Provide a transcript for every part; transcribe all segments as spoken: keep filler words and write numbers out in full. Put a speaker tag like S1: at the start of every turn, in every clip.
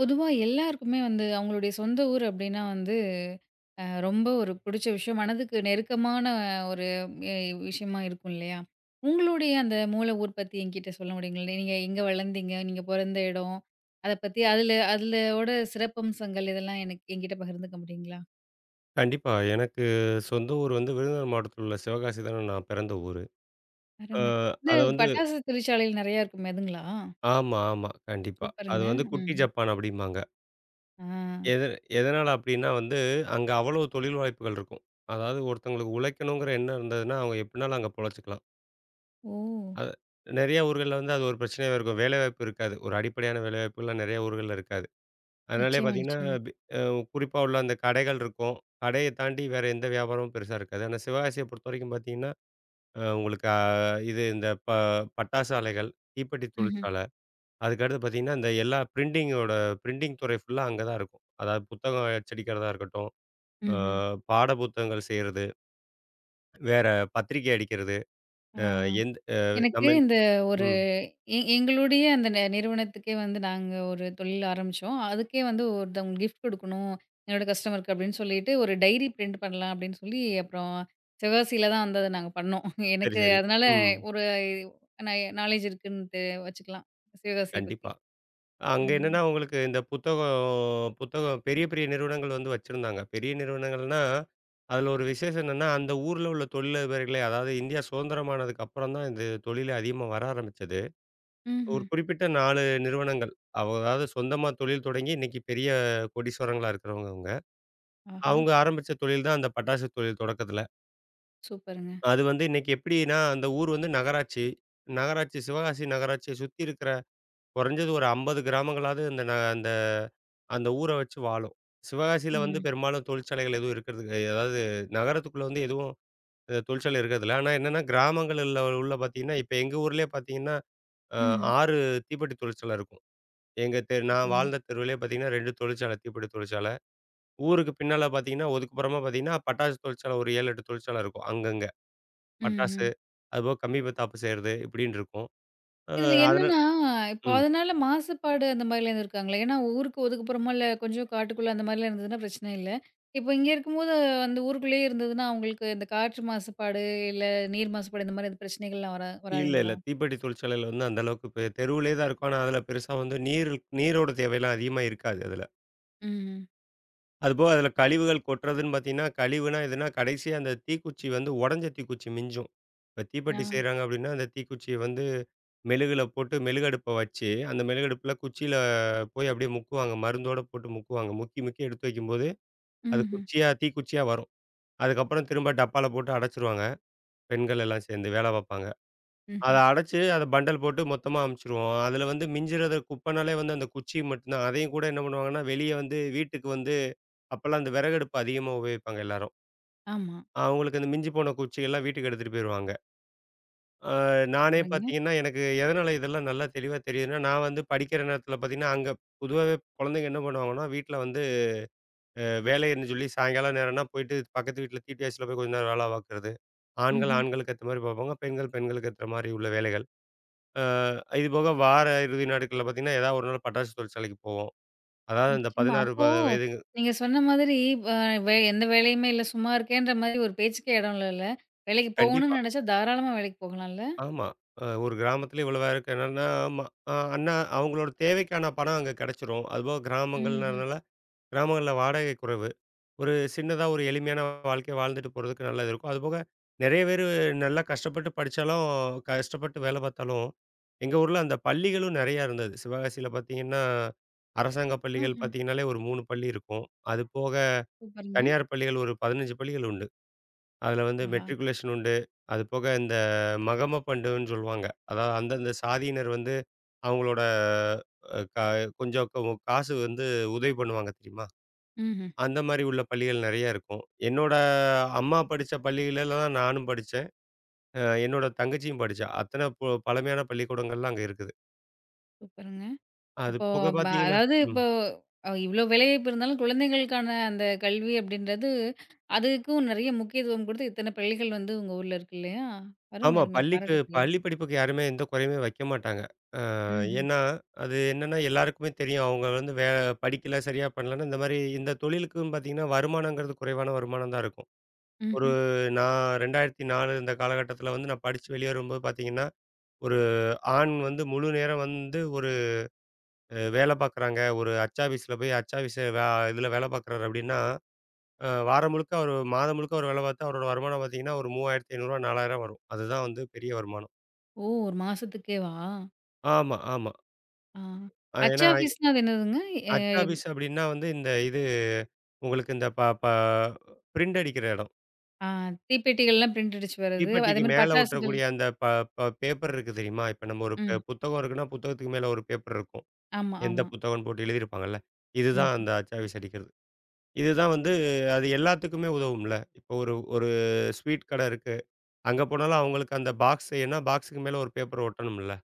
S1: பொதுவா எல்லாருக்குமே வந்து அவங்களுடைய சொந்த ஊர் அப்படின்னா வந்து அஹ், ரொம்ப ஒரு பிடிச்ச விஷயம் மனதுக்கு நெருக்கமான ஒரு அஹ், விஷயமா இருக்கும் இல்லையா? உங்களுடைய அந்த மூல ஊர் பத்தி என்கிட்ட சொல்ல முடியுங்களே? நீங்க எங்க வளர்ந்தீங்க? நீங்க பிறந்த இடம், அதை பத்தி, அதுல அதுலோட சிறப்பம்சங்கள் இதெல்லாம் எனக்கு என்கிட்ட பகிர்ந்துக்க முடியுங்களா?
S2: கண்டிப்பா. எனக்கு சொந்த ஊர் வந்து விருதுநகர் மாவட்டத்தில் உள்ள சிவகாசி தானே நான் பிறந்த ஊரு. அ
S1: அருமை. இது
S2: அத வந்து
S1: பட்டாசு தொழிற்சாலையில் நிறைய இருக்கும் எதுங்களா?
S2: ஆமா, ஆமா. கண்டிப்பா. அது
S1: சூப்பருங்க.
S2: வந்து குட்டி
S1: ம்.
S2: ஜப்பான் அப்டிம்பாங்க.
S1: ஆ.
S2: எது எதனால அப்டின்னா வந்து, அங்க அவ்வளவு தொழில் வாய்ப்புகள் இருக்கும். அதாவது ஒருத்தவங்களுக்கு உழைக்கணுங்கிற எண்ணம் இருந்ததுன்னா, அவங்க எப்டினாலும் அங்க பொழச்சுக்கலாம்.
S1: ஓ.
S2: அது நெறைய ஊர்கள்ல வந்து அது ஒரு பிரச்சனையா இருக்கும். வேலைவாய்ப்பு இருக்காது. ஒரு அடிப்படையான வேலைவாய்ப்புகள்லாம் நெறைய ஊர்கள்ல இருக்காது. அதனாலே
S1: நிச்சயமா,
S2: பார்த்தீங்கன்னா,
S1: நிச்சயமா.
S2: பி அ குறிப்பா உள்ள அந்த கடைகள் இருக்கும். கடைய தாண்டி வேற எந்த வியாபாரமும் பெருசா இருக்காது. ஆனா சிவகாசிய பொறுத்தவரைக்கும் பார்த்தீங்கன்னா அ உங்களுக்கு அ இது இந்த ப பட்டாசு ஆலைகள், தீப்பெட்டி
S1: ம்.
S2: தொழிற்சாலை, அதுக்கடுத்து பார்த்தீங்கன்னா, இந்த எல்லா பிரிண்டிங்கோட பிரிண்டிங் துறை ஃபுல்லா அங்க தான் இருக்கும். அதாவது புத்தகம் அச்சடிக்கிறதா இருக்கட்டும், அ
S1: ம்.
S2: பாட புத்தகங்கள் செய்றது, வேற பத்திரிக்கை அடிக்கிறது,
S1: ஆ.
S2: அ எந்த அ
S1: எனக்கு
S2: நம்ம
S1: இந்த ஒரு
S2: ம்.
S1: எ எங்களுடைய அந்த நெ நிறுவனத்துக்கே வந்து நாங்க ஒரு தொழில் ஆரம்பிச்சோம். அதுக்கே வந்து ஒருத்தவங்க கிஃப்ட் குடுக்கணும். என்னோட கஸ்டமருக்கு அப்படின்னு சொல்லிட்டு ஒரு டைரி பிரிண்ட் பண்ணலாம் அப்படின்னு சொல்லி அப்புறம் சிவகாசியில தான் வந்து அத நாங்க பண்ணோம்.
S2: சரி,
S1: எனக்கு
S2: சரி.
S1: அதனால
S2: ம்.
S1: ஒரு நா நாலேட்ஜ் இருக்குன்ட்டு வச்சுக்கலாம். சிவகாசிய பத்தி.
S2: கண்டிப்பா. அங்க
S1: ம்.
S2: என்னன்னா உங்களுக்கு இந்த புத்தகம் புத்தகம் பெரிய பெரிய நிறுவனங்கள் வந்து வச்சிருந்தாங்க. பெரிய நிறுவனங்கள்னா, அதில ஒரு விசேஷம் என்னன்னா, அந்த ஊர்ல உள்ள தொழிலதிபர்களே அதாவது இந்தியா சுதந்திரம் ஆனதுக்கு அப்புறம் தான் இந்த தொழிலே அதிகமா வர ஆரம்பிச்சது. ஒரு
S1: ம்ஹ்ம்.
S2: குறிப்பிட்ட நான்கு நிறுவனங்கள். அவ அதாவது சொந்தமா தொழில் தொடங்கி இன்னைக்கு பெரிய கோடீஸ்வரங்களா இருக்கிறவங்க அவங்க.
S1: ஆஹா!
S2: அவங்க ஆரம்பிச்ச தொழில் தான் அந்த பட்டாசு தொழில் தொடக்கத்தில.
S1: சூப்பருங்க.
S2: அது வந்து இன்னைக்கு எப்படின்னா, அந்த ஊர் வந்து நகராட்சி. நகராட்சி சிவகாசி நகராட்சிய சுத்தி இருக்கிற குறைஞ்சது ஒரு ஐம்பது கிராமங்களாவது அந்த ந அந்த அந்த ஊர வச்சு வாழும். சிவகாசியில வந்து
S1: ம்.
S2: பெரும்பாலும் தொழிற்சாலைகள் எதுவும் இருக்கிறது கிடையாது. அதாவது நகரத்துக்குள்ள வந்து எதுவும் அ தொழிற்சாலை இருக்கிறதில்ல. ஆனா என்னன்னா கிராமங்கள்ல உள்ள பார்த்தீங்கன்னா, இப்ப எங்க ஊர்லயே பார்த்தீங்கன்னா, அ
S1: ம்ஹ்ம்.
S2: ஆறு தீப்பெட்டி தொழிற்சாலை இருக்கும். எங்க தெரு நான்
S1: அப்புறங்க?
S2: வாழ்ந்த தெருவிலே பார்த்தீங்கன்னா இரண்டு தொழிற்சாலை, தீப்பெட்டி தொழிற்சாலை. ஊருக்கு பின்னால பார்த்தீங்கன்னா, ஒதுக்குப்புறமா பார்த்தீங்கன்னா, பட்டாசு தொழிற்சாலை ஒரு ஏழு, எட்டு தொழிற்சாலை இருக்கும். அங்கங்க. பட்டாசு,
S1: ம்ஹ்ம்.
S2: அதுபோக கம்மி பத்தாப்பு செய்றது இப்படின்னு இருக்கும். அ
S1: இதில
S2: அதனால
S1: என்னன்னா, இப்போ
S2: ம்.
S1: அதனால மாசுபாடு அந்த மாரிலாம் எதுவும் இருக்காங்களா? ஏன்னா ஊருக்கு ஒதுக்குப்புறமா இல்ல கொஞ்சம் காட்டுக்குள்ள அந்த மாரிலாம் இருந்ததுன்னா பிரச்சனை இல்ல. இப்போ இங்க இருக்கும்போது அந்த ஊருக்குள்ளேயே இருந்ததுன்னா, அவங்களுக்கு இந்த காற்று மாசுபாடு, இல்ல நீர் மாசுபாடு இந்த மாரி எதுவும் பிரச்சனைகள்லாம் வரா
S2: இல்ல, இல்ல.
S1: வராதுங்களா?
S2: தீப்பெட்டி தொழிற்சாலையில வந்து அந்த அளவுக்கு பெ தெருவுலேயே தான் இருக்கும். ஆனா அதில பெருசா வந்து நீர் நீரோட தேவையெல்லாம் அதிகமா இருக்காது அதுல.
S1: ம்ஹ்ம்.
S2: அதுபோக அதில கழிவுகள் கொட்டுறதுன்னு பார்த்தீங்கன்னா, கழிவுனா எதுனா கடைசியா அந்த தீக்குச்சி வந்து உடைஞ்ச தீக்குச்சி மிஞ்சும். இப்ப
S1: ஆ.
S2: தீப்பெட்டி செய்றாங்க அப்படின்னா, அந்த தீக்குச்சிய வந்து மெழுகுல போட்டு மெழுகடுப்ப வச்சு, அந்த மெழுகடுப்புல குச்சியில போய் அப்படியே முக்குவாங்க. மருந்தோட போட்டு முக்குவாங்க. முக்கி, முக்கி எடுத்து வைக்கும்போது, அது
S1: ம்ஹ்ம்.
S2: குச்சியா தீக்குச்சியா வரும். அதுக்கப்புறம் திரும்ப டப்பால போட்டு அடைச்சிருவாங்க. பெண்கள் எல்லாம் சேர்ந்து வேலை பார்ப்பாங்க. அத
S1: ம்ஹ்ம்.
S2: அடைச்சு, அத பண்டல் போட்டு மொத்தமா அமுச்சுருவோம். அதுல வந்து மிஞ்சுறது குப்பனாலே வந்து அந்த குச்சி மட்டும் தான். அதையும் கூட என்ன பண்ணுவாங்கன்னா, வெளிய வந்து வீட்டுக்கு வந்து அப்பல்லாம் அந்த விறகடுப்பு அதிகமா உபயோகிப்பாங்க எல்லாரும்.
S1: ஆமா.
S2: அவங்களுக்கு அந்த மிஞ்சி போன குச்சிகள்லாம் வீட்டுக்கு எடுத்துட்டு போயிருவாங்க. அ நானே
S1: சொல்றீங்க.
S2: பார்த்தீங்கன்னா, எனக்கு எதனால இதெல்லாம் நல்லா தெளிவா தெரியுதுன்னா, நான் வந்து படிக்கிற நேரத்தில பார்த்தீங்கன்னா, அங்க பொதுவாவே குழந்தைங்க என்ன பண்ணுவாங்கன்னா, வீட்ல வந்து அ வேலைன்னு சொல்லி சாயங்காலம் நேரம்னா போயிட்டு பக்கத்து வீட்ல தீடியாய்ஸ்ல போய் கொஞ்ச நேரம் வேல பார்க்குறது. ஆண்கள்
S1: ம்ஹ்ம்.
S2: ஆண்களுக்கு ஏத்த மாரி பார்ப்பாங்க. பெண்கள் பெண்களுக்கு ஏத்த மாரி உள்ள வேலைகள். அ இது போக வார இறுதி நாட்கள்ல பார்த்தீங்கன்னா, ஏதாவது ஒரு நாள் பட்டாசு தொழிற்சாலைக்கு போவோம். அதாவது இந்த
S1: நிச்சயமா.
S2: பதினாறு ப
S1: அப்போ
S2: வயதுங்க
S1: நீங்க சொன்ன மாதிரி அ வே எந்த வேலையுமே இல்ல, சும்மா இருக்கேன்ற மாரி ஒரு பேச்சுக்கே இடம் இல்லல. வேலைக்கு
S2: கண்டிப்பா.
S1: போகணும்னு நெனச்சா தாராளமா வேலைக்கு போகலாம்ல?
S2: ஆமா. அ ஒரு கிராமத்தில இவ்வளோ பேருக்கு என்னன்னா ஆமா. அ அண்ணா அவங்களோட தேவைக்கான பணம் அங்க கிடைச்சிரும். அதுபோக
S1: ம்ஹ்ம்.
S2: கிராமங்கள்னால கிராமங்கள்ல வாடகை குறைவு. ஒரு சின்னதா ஒரு எளிமையான வாழ்க்கைய வாழ்ந்துட்டு போறதுக்கு நல்லது இருக்கும். அதுபோக நெறைய பேரு நல்லா கஷ்டப்பட்டு படிச்சாலும், கஷ்டப்பட்டு வேலை பார்த்தாலும், எங்க ஊர்ல அந்த பள்ளிகளும் நெறையா இருந்தது. சிவகாசியில பார்த்தீங்கன்னா, அரசாங்க
S1: ஆஹ.
S2: பள்ளிகள் பார்த்தீங்கன்னாலே ஒரு மூன்று பள்ளி இருக்கும். அது போக
S1: சூப்பருங்க.
S2: தனியார் பள்ளிகள் ஒரு பதினைந்து பள்ளிகள் உண்டு. அதுல வந்து
S1: ஆஹா!
S2: மெட்ரிகுலேஷன் உண்டு. அது போக இந்த மகம பண்டுன்னு சொல்லுவாங்க. அதாவது அந்தந்த சாதியினர் வந்து அவங்களோட அ க கொஞ்சம் க காசு வந்து உதவி பண்ணுவாங்க தெரியுமா?
S1: ம்ஹ்ம்.
S2: அந்த மாரி உள்ள பள்ளிகள் நெறைய இருக்கும். என்னோட அம்மா படிச்ச பள்ளிகளல தான் நானும் படிச்சேன். அ என்னோட தங்கச்சியும் படிச்சா. அத்தன பு பழமையான பள்ளிக்கூடங்கள்லாம் அங்க இருக்குது.
S1: சூப்பருங்க.
S2: அது
S1: அப்போ
S2: போக
S1: ம
S2: பார்த்தீங்கன்னா
S1: அதாவது
S2: ம்.
S1: இப்போ அ இவ்ளோ வேலைவாய்ப்பு இருந்தாலும் குழந்தைகளுக்கான அந்த கல்வி அப்படின்றது, அதுக்கும் நெறைய முக்கியத்துவம் குடுத்து இத்தன பள்ளிகள் வந்து உங்க ஊர்ல இருக்கு இல்லையா? அருமை,
S2: ஆமா.
S1: அருமை.
S2: பள்ளிக்கு
S1: பாராட்டக்கூடியது.
S2: பள்ளி படிப்புக்கு யாருமே எந்த குறையுமே வைக்க மாட்டாங்க. அ
S1: ம்ஹ்ம்,
S2: ஏன்னா, அது என்னன்னா எல்லாருக்குமே தெரியும். அவங்க வந்து வே படிக்கல, சரியா பண்ணலன்னு இந்த மாரி இந்த தொழிலுக்குன்னு பார்த்தீங்கன்னா, வருமானங்கிறது குறைவான வருமானம் தான் இருக்கும். ஒரு
S1: ம்ஹ்ம்.
S2: நான் இரண்டாயிரத்து நான்கு இந்த காலகட்டத்தில வந்து நான் படிச்சு வெளியே வரும்போது பார்த்தீங்கன்னா, ஒரு ஆண் வந்து முழு நேரம் வந்து ஒரு அ வேலை பார்க்குறாங்க. ஒரு அச்சாபீஸ்ல போய் அச்சாபீஸ் வே இதுல வேலை பார்க்குறாரு அப்படின்னா, அ வாரம் முழுக்க அவரு மாதம் முழுக்க அவரு வேலை பார்த்தா அவரோட வருமானம் பார்த்தீங்கன்னா, ஒரு ரூ. மூவாயிரத்து ஐநூறு ரூ. நான்காயிரம் வரும். அதுதான் வந்து பெரிய வருமானம்.
S1: ஓ! ஒரு மாசத்துக்கேவா?
S2: ஆமா, ஆமா.
S1: ஆ.
S2: அ
S1: அச்சு
S2: ஏன்னா
S1: ஆஃபீஸ்னா அது என்னதுங்க? எ
S2: அச்சாபீஸ் அப்படின்னா வந்து இந்த இது உங்களுக்கு இந்த ப ப பிரிண்ட் அடிக்கிற இடம்.
S1: ஆ. தீப்பெட்டிகள்லாம் பிரிண்ட் அடிச்சு வர்றது. அதே
S2: தீப்பெட்டிக்கு
S1: மாரி
S2: மேல
S1: பட்டாசுகள்.
S2: ஒட்டக்கூடிய அந்த ப ப பேப்பர் இருக்கு தெரியுமா? இப்ப நம்ம ஒரு ப
S1: ம்.
S2: புத்தகம் இருக்குன்னா, புத்தகத்துக்கு மேல ஒரு பேப்பர் இருக்கும்.
S1: ஆமா,
S2: எந்த
S1: ஆமா.
S2: புத்தகம்னு போட்டு எழுதியிருப்பாங்கல்ல. இதுதான்
S1: ம்.
S2: அந்த அச்சாபீஸ் அடிக்கிறது. இதுதான் வந்து அது எல்லாத்துக்குமே உதவும்ல. இப்போ ஒரு ஒரு ஸ்வீட் கடை இருக்கு. அங்க போனாலும் அவங்களுக்கு அந்த பாக்ஸ் ஏன்னா பாக்ஸுக்கு மேல ஒரு பேப்பர் ஒட்டணும்ல.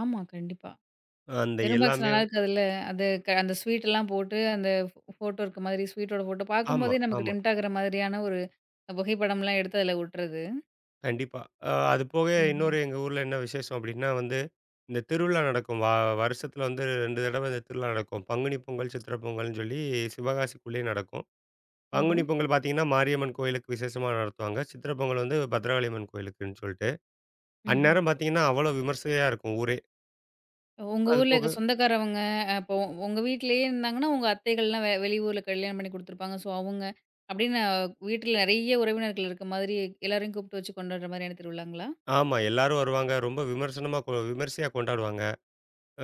S1: ஆமா, கண்டிப்பா.
S2: அந்த
S1: வெறும் பாக்ஸ்
S2: எல்லாமே
S1: நல்லா இருக்காதுல்ல. அது க அந்த ஸ்வீட்டெல்லாம் போட்டு, அந்த ஃபோ ஃபோட்டோ இருக்க மாதிரி ஸ்வீட்டோட ஃபோட்டோ
S2: ஆமா,
S1: பார்க்கும்போதே நமக்கு
S2: ஆமா.
S1: டெம்ப்ட் ஆகுற மாதிரியான ஒரு புகைப்படம்லாம் எடுத்து அதில ஒட்டுறது.
S2: கண்டிப்பா. அ அது போக
S1: ம்ஹ்ம்.
S2: இன்னொரு எங்க ஊர்ல என்ன விசேஷம் அப்டின்னா வந்து, இந்த திருவிழா நடக்கும். வ வருஷத்துல வந்து ரெண்டு தடவ இந்த திருவிழா நடக்கும். பங்குனி பொங்கல், சித்திரை பொங்கல்னு சொல்லி சிவகாசிக்குள்ளேயே நடக்கும்.
S1: ஓஹோ!
S2: பங்குனி பொங்கல் பார்த்தீங்கன்னா, மாரியம்மன் கோயிலுக்கு விசேஷமா நடத்துவாங்க. சித்திரை பொங்கல் வந்து பத்ரகாளியம்மன் கோயிலுக்குன்னு சொல்ட்டு.
S1: ம்ஹ்ம்.
S2: அந்நேரம் பார்த்தீங்கன்னா, அவ்வளோ விமர்சையா இருக்கும் ஊரே.
S1: உங்க
S2: அது
S1: ஊர்ல
S2: போக
S1: இருக்க சொந்தக்காரவங்க, அப்போ உங்க வீட்லயே இருந்தாங்கன்னா, உங்க அத்தைகள்லாம் வெ வெளியூர்ல கல்யாணம் பண்ணி குடுத்துருப்பாங்க. ஸோ, அவங்க அப்படின்னு வீட்ல நெறைய உறவினர்கள் இருக்க மாதிரி எல்லாரையும் கூப்பிட்டு வச்சு கொண்டாடுற மாதிரியான திருவிழாங்களா?
S2: ஆமா. எல்லாரும் வருவாங்க. ரொம்ப விமர்சனமா கொ விமர்சையா கொண்டாடுவாங்க.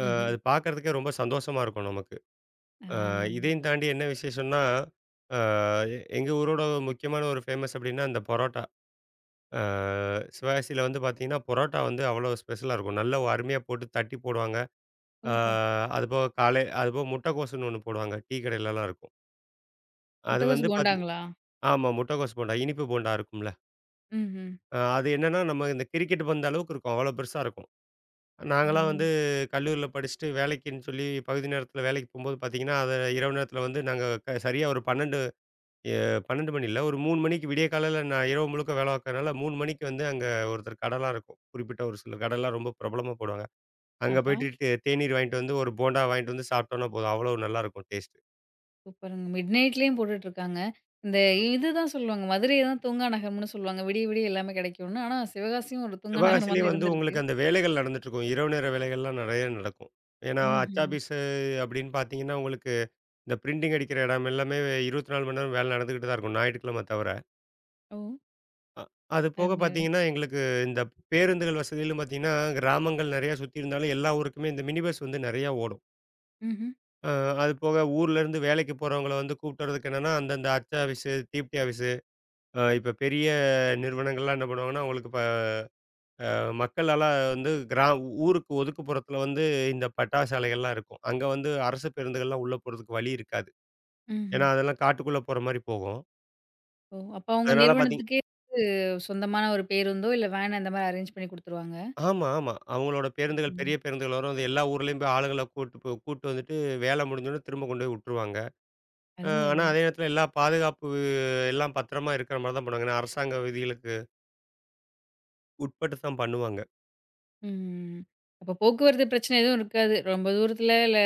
S2: அ
S1: ம்ஹ்ம்.
S2: அது பார்க்கறதுக்கே ரொம்ப சந்தோஷமா இருக்கும் நமக்கு. அ
S1: ஆ.
S2: இதையும் தாண்டி என்ன விசேஷம்னா, அ எ எங்க ஊரோட முக்கியமான ஒரு ஃபேமஸ் அப்டின்னா, அந்த பரோட்டா. அ சிவகாசியில வந்து பார்த்தீங்கன்னா, பரோட்டா வந்து அவ்வளோ ஸ்பெஷலா இருக்கும். நல்ல அருமையா போட்டு தட்டி போடுவாங்க. அ
S1: ஓஹோ!
S2: அதுபோக காலை அதுபோக முட்டைக்கோசுன்னு ஒண்ணு போடுவாங்க. டீ கடையிலலாம் இருக்கும். அது
S1: முட்டகோஸ்
S2: வந்து பாத்தீ
S1: போண்டாங்களா?
S2: ஆமா. முட்டைக்கோஸ் போண்டா, இனிப்பு போண்டா இருக்கும்ல.
S1: ம்ஹ்ம்.
S2: அ அது என்னன்னா, நம்ம இந்த கிரிக்கெட் பந்து அளவுக்கு இருக்கும். அவ்வளோ பெருசா இருக்கும்.
S1: ஓ!
S2: நாங்கலாம் வந்து கல்லூரியில படிச்சுட்டு வேலைக்குன்னு சொல்லி பகுதி நேரத்தில வேலைக்கு போம்போது பார்த்தீங்கன்னா, அத இரவு நேரத்தில வந்து நாங்க க சரியா ஒரு பன்னிரண்டு எ பன்னிரண்டு மணி இல்ல. ஒரு மூன்று மணிக்கு விடிய காலையில நான் இரவு முழுக்க வேலை பார்க்கறனால மூன்று மணிக்கு வந்து அங்க ஒருத்தர் கடலாம் இருக்கும். குறிப்பிட்ட ஒரு சில கடைலாம் ரொம்ப பிரபலமா போடுவாங்க. அங்க
S1: ஆஹா!
S2: போயிட்டு டே தேநீர் வாங்கிட்டு வந்து ஒரு போண்டா வாங்கிட்டு வந்து சாப்பிட்டோம்னா போதும். அவ்வளோ நல்லாயிருக்கும் டேஸ்ட்.
S1: சூப்பருங்க. மிட்நைட்லயும் போட்டுட்ருக்காங்க. இந்த இதுதான் சொல்லுவாங்க. மதுரை தான் தூங்கா நகரம்னு சொல்லுவாங்க. விடிய விடிய எல்லாமே கிடைக்கும்னு. ஆனா சிவகாசியும் ஒரு தூங்கா நகரமா
S2: சிவகாசியிலயே
S1: தான்
S2: வந்து
S1: இருந்திருக்கு.
S2: உங்களுக்கு அந்த வேலைகள் நடந்துட்டுருக்கும். இரவு நேர வேலைகள்லாம் நெறைய நடக்கும். ஏன்னா,
S1: ம்ஹ்ம்.
S2: அச்சாபீஸு அப்படின்னு பார்த்தீங்கன்னா, உங்களுக்கு இந்த பிரிண்டிங் அடிக்கிற இடம் எல்லாமே இருபத்தி நான்கு மணி நேரம் வேலை நடந்துகிட்டு தான் இருக்கும். ஞாயிற்றுக்கிழமை தவிர.
S1: ஓ!
S2: அ அது போக
S1: அருமை.
S2: பார்த்தீங்கன்னா, எங்களுக்கு இந்த பேருந்துகள் வசதியிலும் பார்த்தீங்கன்னா, கிராமங்கள் நெறையா சுத்தி இருந்தாலும் எல்லா ஊருக்குமே இந்த மினி பஸ் வந்து நெறையா ஓடும்.
S1: ம்ஹ்ம்.
S2: அ அது போக ஊர்லேருந்து வேலைக்கு போறவங்கள வந்து கூப்பிட்டு வரதுக்கு என்னன்னா, அந்தந்த அச்சாபீஸு, தீப்டி ஆபீஸு அ இப்ப பெரிய நிறுவனங்கள்லாம் என்ன பண்ணுவாங்கன்னா, உங்களுக்கு மக்களால வந்து கிரா ஊருக்கு ஒதுக்குப்புறத்துல வந்து இந்த பட்டாசாலைகள்லாம் இருக்கும். அங்க வந்து அரசு பேருந்துகள்லாம் உள்ள போறதுக்கு வழி இருக்காது.
S1: ம்ஹ்ம்.
S2: ஏன்னா, அதெல்லாம் காட்டுக்குள்ள போற மாரி போகும்.
S1: ஓ! அப்ப அவங்க
S2: அதனால பார்த்தீங்
S1: நிறுவனத்துக்கே சொந்தமான ஒரு பேருந்தோ, இல்ல வேன் அந்த மாரி அரேஞ்ச் பண்ணி குடுத்துருவாங்க.
S2: ஆமா, ஆமா. அவங்களோட பேருந்துகள்
S1: சூப்பருங்க.
S2: பெரிய பேருந்துகள் வரும். அது எல்லா ஊர்லயும் போய் ஆளுங்கள கூட்டு போ கூட்டு வந்துட்டு வேலை முடிஞ்சோனே திரும்ப கொண்டு போய் உட்டுருவாங்க. அ
S1: அருமை,
S2: ஆனா,
S1: அருமை.
S2: அதே நேரத்துல எல்லா பாதுகாப்பு எல்லாம் பத்திரமா இருக்கிற மாரி தான் பண்ணுவாங்க. ஏன்னா, அரசாங்க விதிகளுக்கு உட்பட்டு தான் பண்ணுவாங்க.
S1: ம். அப்ப போக்குவரத்து பிரச்சனை எதுவும் இருக்காது. ரொம்ப தூரத்துல இல்ல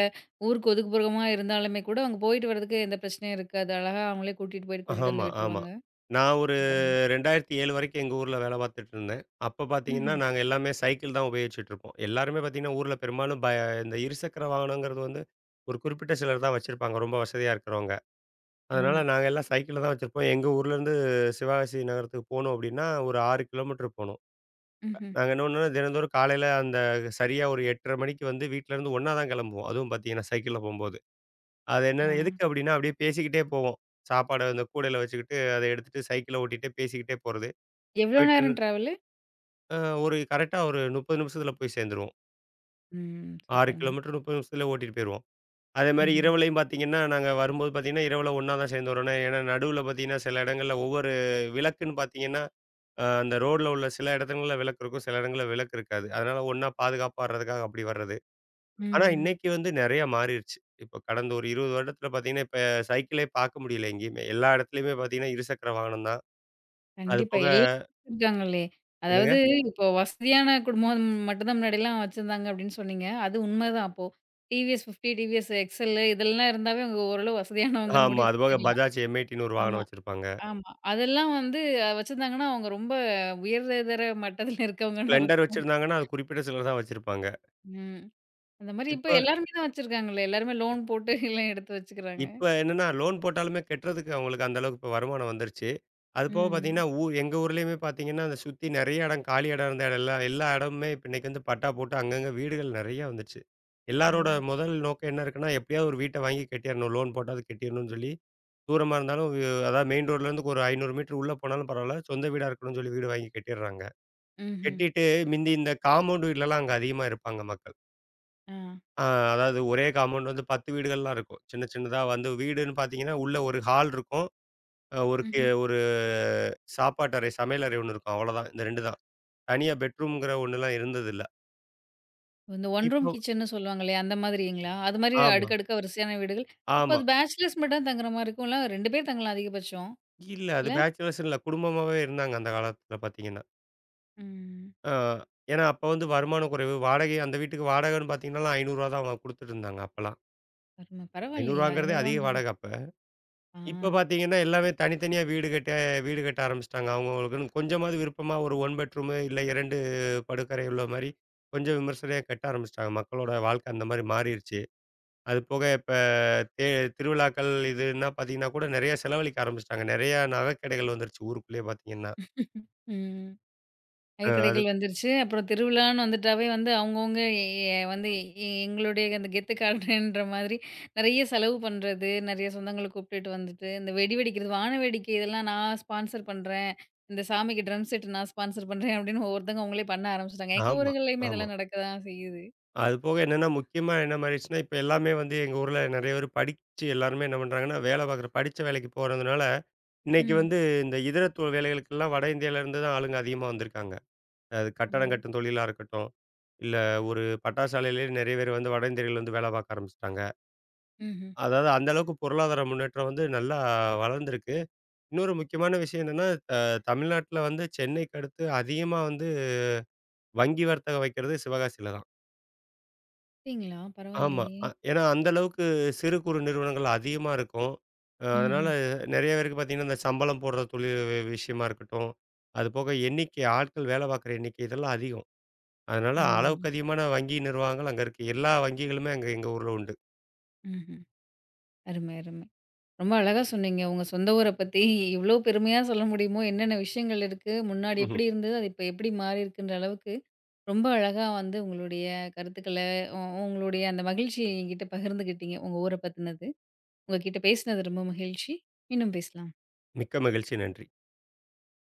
S1: ஊருக்கு ஒதுக்குப்புறமா இருந்தாலுமே கூட, அவங்க போயிட்டு வரதுக்கு எந்த பிரச்சனையும் இருக்காது. அழகா அவங்களே கூட்டிட்டு போயிட்டு கூட்டிட்டு
S2: ஆமா,
S1: வந்து
S2: ஆமா.
S1: விட்டுருவாங்க.
S2: நான்
S1: சூப்பருங்க.
S2: இரண்டாயிரத்து ஏழு வரைக்கும் எங்க ஊர்ல வேலை பார்த்துட்டு இருந்தேன். அப்ப பார்த்தீங்கன்னா,
S1: ம்ஹ்ம்.
S2: நாங்க எல்லாமே சைக்கிள் தான் உபயோகிச்சுட்டு இருப்போம். எல்லாருமே பார்த்தீங்கன்னா, ஊர்ல பெரும்பாலும் ப இந்த இருசக்கர வாகனங்கிறது வந்து ஒரு குறிப்பிட்ட சிலர் தான் வச்சிருப்பாங்க. ரொம்ப வசதியா இருக்கிறவங்க.
S1: ஆமா.
S2: அதனால நாங்க எல்லாம் சைக்கிள்ல தான் வச்சிருப்போம். எங்க ஊர்லேருந்து சிவகாசி நகரத்துக்கு போணும் அப்படின்னா, ஒரு ஆறு கிலோமீட்டர் போணும்.
S1: ம்ஹ்ம்.
S2: நாங்க என்ன பண்ணுவோம்னா, தினந்தோறும் காலையில அந்த சரியா ஒரு எட்டரை மணிக்கு வந்து வீட்லேருந்து ஒண்ணா தான் கிளம்புவோம். அதுவும் பார்த்தீங்கன்னா, சைக்கிள்ல போம்போது. அது என்ன
S1: ஆ.
S2: எதுக்கு அப்படின்னா, அப்படியே பேசிக்கிட்டே போவோம். சாப்பாட அந்த கூடையில வச்சுக்கிட்டு, அத எடுத்துட்டு சைக்கிள ஓட்டிட்டே பேசிக்கிட்டே போறது.
S1: எவ்ளோ
S2: போயிட்டு
S1: நேரம் ட்ராவலு?
S2: அ ஒரு கரெக்ட்டா ஒரு முப்பது நிமிஷத்தில போய் சேர்ந்துருவோம்.
S1: ம்.
S2: ஆறு
S1: சூப்பருங்க.
S2: கிலோமீட்டர் முப்பது நிமிஷத்தில ஓட்டிட்டு போயிருவோம். அதேமாரி
S1: ம்ஹ்ம்.
S2: இரவுலயும் பார்த்தீங்கன்னா, நாங்க வரும்போது பார்த்தீங்கன்னா, இரவுல ஒண்ணா தான் சேர்ந்து வரோம்னா, ஏன்னா நடுவுல பார்த்தீங்கன்னா, சில இடங்கள்ல ஒவ்வொரு விளக்குன்னு பார்த்தீங்கன்னா, அ அந்த ரோட்ல உள்ள சில இடங்கள்ல விளக்கு இருக்கும். சில இடங்கள்ல விளக்கு இருக்காது. அதனால ஒண்ணா பாதுகாப்பா வர்றதுக்காக அப்படி வர்றது. ஆனா
S1: ம்.
S2: இன்னைக்கு வந்து நிறைய மாறிருச்சு. இப்ப கடந்த ஒரு இருபது வருடத்துல பார்த்தீங்கன்னா, இப்ப சைக்கிளே பார்க்க முடியல எங்கேயுமே. எல்லா இடத்துலயுமே பார்த்தீங்கன்னா, இருசக்கர வாகனம் தான். அது
S1: கண்டிப்பா.
S2: போக
S1: எல்லாரும் இருக்காங்களே.
S2: என்னங்க?
S1: அதாவது இப்போ வசதியான குடும்பம் மட்டும் தான் முன்னாடிலாம் வச்சிருந்தாங்க அப்படின்னு சொன்னீங்க. அது உண்மதான் அப்போ. டி வி எஸ் ஐம்பது, டி வி எஸ் எக்ஸ் எல் இதெல்லாம் இருந்தாவே அவங்க ஓரளவு வசதியானவங்கன்னு
S2: ஆமா.
S1: முடிவு
S2: அது போக
S1: பண்ணிடலாம்.
S2: Bajaj M80ன்னு ஒரு வாகனம்
S1: ஆமா,
S2: வச்சிருப்பாங்க.
S1: ஆமா. அதெல்லாம் வந்து அ வச்சிருந்தாங்கன்னா, அவங்க ரொம்ப உயர்தர மட்டத்துல இருக்கவங்கன்னு
S2: பிளெண்டர்
S1: அர்த்தம்.
S2: வச்சிருந்தாங்கன்னா, அது குறிப்பிட்ட சிலர் தான் வச்சிருப்பாங்க.
S1: ம். அந்த மாரி இப்ப
S2: இப்ப
S1: எல்லாருமே தான் வச்சிருக்காங்களே. எல்லாருமே லோன் போட்டு எல்லாம் எடுத்து வச்சுக்கிறாங்க.
S2: இப்ப என்னன்னா, லோன் போட்டாலுமே கட்டுறதுக்கு அவங்களுக்கு அந்த அளவுக்கு இப்ப வருமானம் வந்துருச்சு. அது போக
S1: ம்.
S2: பார்த்தீங்கன்னா, ஊ எங்க ஊர்லயுமே பார்த்தீங்கன்னா, அத சுத்தி நெறைய இடம் காலி இடம் இருந்த இடம் எல்லாம் எல்லா இடமுமே இப்ப இன்னைக்கு வந்து பட்டா போட்டு அங்கங்க வீடுகள் நெறைய வந்துருச்சு.
S1: ஓ!
S2: எல்லாரோட முதல் நோக்கம் என்ன இருக்குன்னா, எப்படியாவது ஒரு வீட்ட வாங்கி கட்டிறணும். லோன் போட்டாவது கட்டிறணும்னு சொல்லி, தூரமா இருந்தாலும் வ் அதாவது மெயின் ரோட்லேருந்து ஒரு ஐநூறு மீட்டர் உள்ள போனாலும் பரவால்ல. சொந்த வீடா இருக்கணும்னு சொல்லி வீடு வாங்கி கட்டிடுறாங்க.
S1: ம்ஹ்ம்.
S2: கட்டிட்டு மிந்தி இந்த காம்பவுண்ட் வீட்லலாம் அங்க அதிகமா இருப்பாங்க மக்கள்.
S1: ஆ.
S2: ஆ, அதாவது ஒரே காம்பவுண்ட் வந்து பத்து வீடுகள்லாம் இருக்கும். சின்ன சின்னதா வந்து வீடுன்னு பார்த்தீங்கன்னா, உள்ள ஒரு ஹால் இருக்கும். அ ஒரு கி
S1: ம்ஹ்ம்.
S2: ஒரு சாப்பாட்டு அறை, சமையல் அறை ஒண்ணு இருக்கும். அவ்வளோதான். இந்த ரெண்டு தான். தனியா பெட்ரூம்ங்கிற ஒண்ணுலாம் இருந்ததில்ல.
S1: இந்த ஒன் ரூம்
S2: இப்போ
S1: கிச்சன்னு சொல்லுவாங்க இல்லையா? அந்த மாதிரிங்களா? அது மாதிரி
S2: ஆமா,
S1: அடுக்கடுக்கா வரிசையான வீடுகள். அப்ப
S2: ஆமா.
S1: அது பேச்சுலர்ஸ் மட்டும் தான் தங்குற மாரி இருக்கும்ல? ரெண்டு பேர் தங்கலாம் அதிகபட்சம்.
S2: இல்ல அது
S1: இல்ல?
S2: பேச்சுலர்ஸ்ன்னு இல்ல. குடும்பமாவே இருந்தாங்க அந்த காலத்துல பார்த்தீங்கன்னா.
S1: ம்.
S2: ஆ ஏன்னா அப்ப வந்து வருமான குறைவு. வாடகை அந்த வீட்டுக்கு வாடகைன்னு பார்த்தீங்கனாலும் ரூ. ஐநூறு தான் அவங்க குடுத்துட்டு இருந்தாங்க அப்பலாம்.
S1: அரும
S2: ரூ.
S1: பரவாயில்லையே!
S2: 500ங்கிறதே
S1: ரூ.
S2: அதிக
S1: ஐநூறு.
S2: வாடகை அப்ப.
S1: ஆ.
S2: இப்ப பார்த்தீங்கன்னா, எல்லாமே தனித்தனியா வீடு கட்ட வீடு கட்ட ஆரம்பிச்சுட்டாங்க. அவங்கவங்களுக்குன்னு கொஞ்சமாவது விருப்பமா ஒரு 1 பெட்ரூமு இல்ல இரண்டு படுக்கறை உள்ள மாரி, கொஞ்சம் விமர்சனையா கட்ட ஆரம்பிச்சுட்டாங்க. மக்களோட வாழ்க்கை அந்த மாரி மாறிருச்சு. அது போக இப்ப தே திருவிழாக்கள் இதுன்னா பார்த்தீங்கன்னா கூட நெறைய செலவழிக்க ஆரம்பிச்சுட்டாங்க. நெறையா நகைக்கடைகள் வந்துருச்சு ஊருக்குள்ளேயே பார்த்தீங்கன்னா.
S1: ம்.
S2: அ அது
S1: நகைக்கடைகள் வந்துருச்சு. அப்புறம் திருவிழான்னு வந்துட்டாவே வந்து அவங்கவங்க எ வந்து எ எங்களுடைய அந்த கெத்து காட்டுறேன்ற மாதிரி நெறைய செலவு பண்றது, நெறைய சொந்தங்கள கூப்பிட்டுட்டு வந்துட்டு, இந்த வெடி வெடிக்கிறது, வான வேடிக்கை இதெல்லாம் நான் ஸ்பான்சர் பண்றேன். இந்த சாமிக்கு ட்ரம் செட் நான் ஸ்பான்சர் பண்றேன் அப்படின்னு ஒவ்வொருத்தவங்க அவங்களே பண்ண ஆரம்பிச்சுட்டாங்க. எங்க
S2: ஆமா,
S1: ஊர்கள்லயுமே
S2: ஆமா.
S1: இதெல்லாம் நடக்க தான் செய்யுது.
S2: அது போக என்னன்னா முக்கியமா என்ன மாறிடுச்சுன்னா, இப்ப எல்லாமே வந்து எங்க ஊர்ல நெறைய பேர் படிச்சு எல்லாருமே என்ன பண்றாங்கன்னா, வேலை பார்க்குற படிச்ச வேலைக்கு போறதுனால இன்னைக்கு
S1: ம்.
S2: வந்து இந்த இதர தொ வேலைகளுக்கெல்லாம் வட இந்தியால இருந்து தான் ஆளுங்க அதிகமா வந்திருக்காங்க. அது
S1: ஓ!
S2: கட்டடம் கட்டும் தொழிலா இருக்கட்டும், இல்ல ஒரு பட்டாசாலையிலேயே நெறைய பேர் வந்து வட இந்தியர்கள் வந்து வேலை பார்க்க ஆரம்பிச்சுட்டாங்க.
S1: ம்ஹ்ம்.
S2: அதாவது அந்த அளவுக்கு பொருளாதார முன்னேற்றம் வந்து நல்லா வளர்ந்திருக்கு. இன்னொரு முக்கியமான விஷயம் என்னன்னா, அ தமிழ்நாட்டுல வந்து சென்னைக்கு அடுத்து அதிகமா வந்து வங்கி வர்த்தகம் வைக்கிறது சிவகாசியில தான்.
S1: அப்படிங்களா?
S2: ஆமா.
S1: பரவாயில்லையே!
S2: அ ஏன்னா அந்த அளவுக்கு சிறு குறு நிறுவனங்கள் அதிகமா இருக்கும். அ அதனால
S1: ம்ஹ்ம்.
S2: நெறைய பேருக்கு பார்த்தீங்கன்னா, இந்த சம்பளம் போடுற தொழில் வி விஷயமா இருக்கட்டும், அது போக எண்ணிக்கை ஆட்கள் வேலை பார்க்குற எண்ணிக்கை இதெல்லாம் அதிகம். அதனால அளவுக்கு
S1: ம்.
S2: அதிகமான வங்கி நிர்வாகங்கள் அங்க இருக்கு. எல்லா வங்கிகளுமே அங்க எங்க ஊர்ல உண்டு.
S1: ம்ஹ்ம். அருமை, அருமை. ரொம்ப அழகா சொன்னீங்க. உங்க சொந்த ஊர பத்தி இவ்ளோ பெருமையா சொல்ல முடியுமோ, என்னென்ன விஷயங்கள் இருக்கு, முன்னாடி
S2: ம்ஹும்.
S1: எப்படி இருந்தது, அது இப்ப எப்படி மாறியிருக்குன்ற அளவுக்கு ரொம்ப அழகா வந்து உங்களுடைய கருத்துக்கள, உ உங்களுடைய அந்த மகிழ்ச்சிய என்கிட்ட பகிர்ந்துக்கிட்டீங்க. உங்க ஊர பத்தினது. உங்ககிட்ட பேசினது ரொம்ப மகிழ்ச்சி. மீண்டும் பேசலாம்.
S2: மிக்க மகிழ்ச்சி. நன்றி.